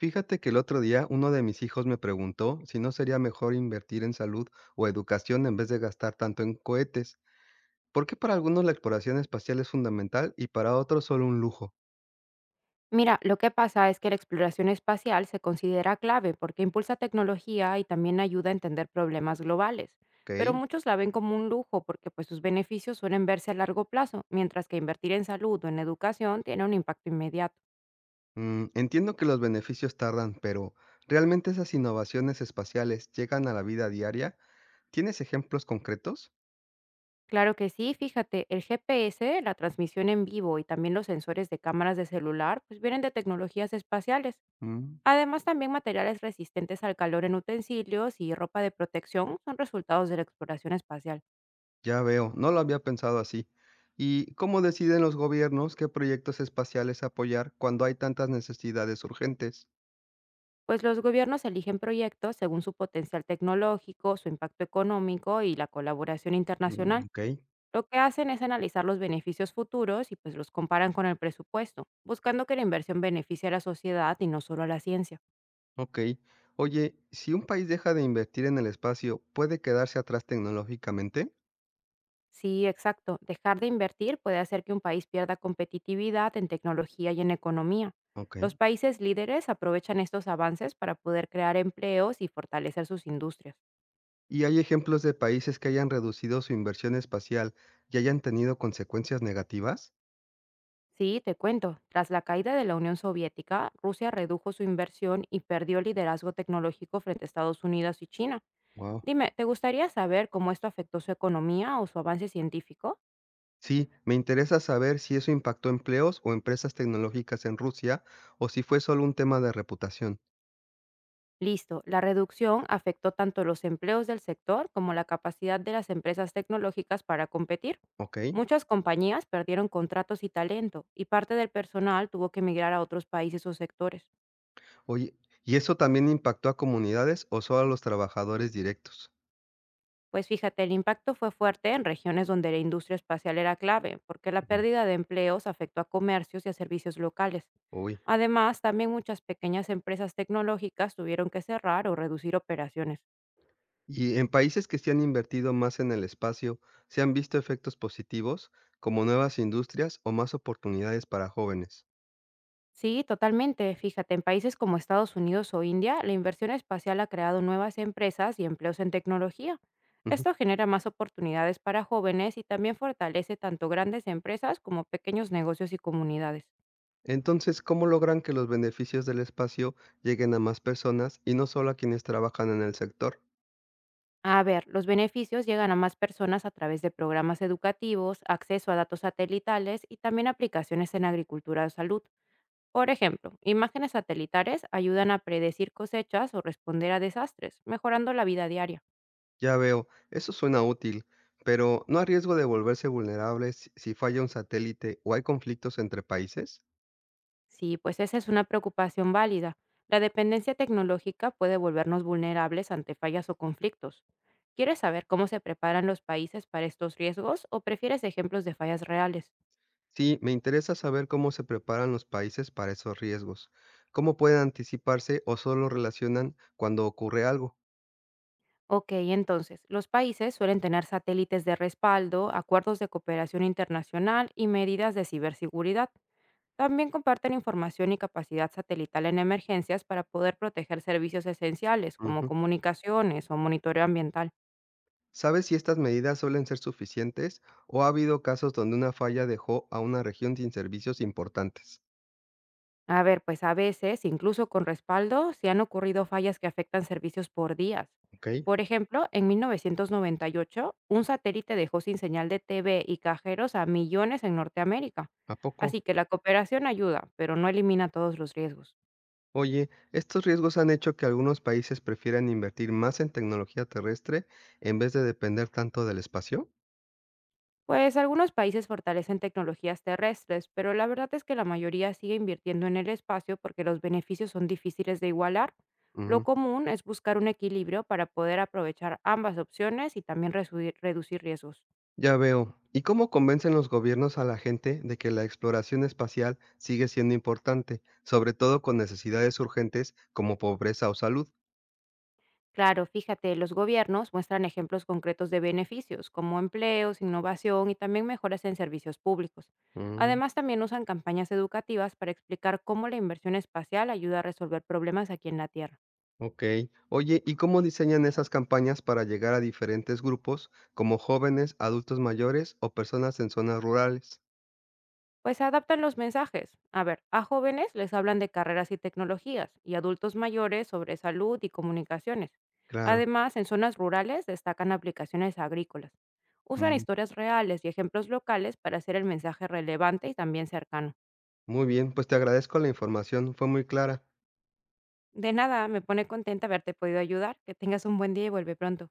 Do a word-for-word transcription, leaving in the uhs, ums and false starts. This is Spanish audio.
Fíjate que el otro día uno de mis hijos me preguntó si no sería mejor invertir en salud o educación en vez de gastar tanto en cohetes. ¿Por qué para algunos la exploración espacial es fundamental y para otros solo un lujo? Mira, lo que pasa es que la exploración espacial se considera clave porque impulsa tecnología y también ayuda a entender problemas globales, pero Ok. muchos la ven como un lujo porque pues sus beneficios suelen verse a largo plazo, mientras que invertir en salud o en educación tiene un impacto inmediato. Mm, entiendo que los beneficios tardan, pero ¿realmente esas innovaciones espaciales llegan a la vida diaria? ¿Tienes ejemplos concretos? Claro que sí, fíjate, el G P S, la transmisión en vivo y también los sensores de cámaras de celular pues vienen de tecnologías espaciales. Mm. Además, también materiales resistentes al calor en utensilios y ropa de protección son resultados de la exploración espacial. Ya veo, no lo había pensado así. ¿Y cómo deciden los gobiernos qué proyectos espaciales apoyar cuando hay tantas necesidades urgentes? Pues los gobiernos eligen proyectos según su potencial tecnológico, su impacto económico y la colaboración Mm, internacional. ok. Lo que hacen es analizar los beneficios futuros y pues los comparan con el presupuesto, buscando que la inversión beneficie a la sociedad y no solo a la ciencia. Ok. Oye, si un país deja de invertir en el espacio, ¿puede quedarse atrás tecnológicamente? Sí, exacto. Dejar de invertir puede hacer que un país pierda competitividad en tecnología y en economía. Ok. Los países líderes aprovechan estos avances para poder crear empleos y fortalecer sus industrias. ¿Y hay ejemplos de países que hayan reducido su inversión espacial y hayan tenido consecuencias negativas? Sí, te cuento. Tras la caída de la Unión Soviética, Rusia redujo su inversión y perdió el liderazgo tecnológico frente a Estados Unidos y China. Wow. Dime, ¿te gustaría saber cómo esto afectó su economía o su avance científico? Sí, me interesa saber si eso impactó empleos o empresas tecnológicas en Rusia o si fue solo un tema de reputación. Listo, la reducción afectó tanto los empleos del sector como la capacidad de las empresas tecnológicas para competir. Ok. Muchas compañías perdieron contratos y talento, y parte del personal tuvo que emigrar a otros países o sectores. Oye, ¿y eso también impactó a comunidades o solo a los trabajadores directos? Pues fíjate, el impacto fue fuerte en regiones donde la industria espacial era clave, porque la Mm. pérdida de empleos afectó a comercios y a servicios locales. Uy. Además, también muchas pequeñas empresas tecnológicas tuvieron que cerrar o reducir operaciones. Y en países que se han invertido más en el espacio, ¿se han visto efectos positivos, como nuevas industrias o más oportunidades para jóvenes? Sí, totalmente. Fíjate, en países como Estados Unidos o India, la inversión espacial ha creado nuevas empresas y empleos en tecnología. Ujú. Esto genera más oportunidades para jóvenes y también fortalece tanto grandes empresas como pequeños negocios y comunidades. Entonces, ¿cómo logran que los beneficios del espacio lleguen a más personas y no solo a quienes trabajan en el sector? A ver, los beneficios llegan a más personas a través de programas educativos, acceso a datos satelitales y también aplicaciones en agricultura o salud. Por ejemplo, imágenes satelitales ayudan a predecir cosechas o responder a desastres, mejorando la vida diaria. Ya veo, eso suena útil, pero ¿no hay riesgo de volverse vulnerables si si falla un satélite o hay conflictos entre países? Sí, pues esa es una preocupación válida. La dependencia tecnológica puede volvernos vulnerables ante fallas o conflictos. ¿Quieres saber cómo se preparan los países para estos riesgos o prefieres ejemplos de fallas reales? Sí, me interesa saber cómo se preparan los países para esos riesgos, cómo pueden anticiparse o solo relacionan cuando ocurre algo. Ok, entonces, los países suelen tener satélites de respaldo, acuerdos de cooperación internacional y medidas de ciberseguridad. También comparten información y capacidad satelital en emergencias para poder proteger servicios esenciales como Ujú. comunicaciones o monitoreo ambiental. ¿Sabes si estas medidas suelen ser suficientes o ha habido casos donde una falla dejó a una región sin servicios importantes? A ver, pues a veces, incluso con respaldo, se han ocurrido fallas que afectan servicios por días. Ok, Por ejemplo, en mil novecientos noventa y ocho, un satélite dejó sin señal de T V y cajeros a millones en Norteamérica. ¿a poco? Así que la cooperación ayuda, pero no elimina todos los riesgos. Oye, estos riesgos han hecho que algunos países prefieran invertir más en tecnología terrestre en vez de depender tanto del espacio. Pues algunos países fortalecen tecnologías terrestres, pero la verdad es que la mayoría sigue invirtiendo en el espacio porque los beneficios son difíciles de igualar. Lo común es buscar un equilibrio para poder aprovechar ambas opciones y también resu- reducir riesgos. Ya veo. ¿Y cómo convencen los gobiernos a la gente de que la exploración espacial sigue siendo importante, sobre todo con necesidades urgentes como pobreza o salud? Claro, fíjate, los gobiernos muestran ejemplos concretos de beneficios, como empleos, innovación y también mejoras en servicios públicos. Mm, Además, también usan campañas educativas para explicar cómo la inversión espacial ayuda a resolver problemas aquí en la Tierra. ok. Oye, ¿y cómo diseñan esas campañas para llegar a diferentes grupos, como jóvenes, adultos mayores o personas en zonas rurales? Pues adaptan los mensajes. A ver, a jóvenes les hablan de carreras y tecnologías y adultos mayores sobre salud y comunicaciones. Claro. Además, en zonas rurales destacan aplicaciones agrícolas. Usan Mm, historias reales y ejemplos locales para hacer el mensaje relevante y también cercano. muy bien, pues te agradezco la información, fue muy clara. De nada, me pone contenta haberte podido ayudar. Que tengas un buen día y vuelve pronto.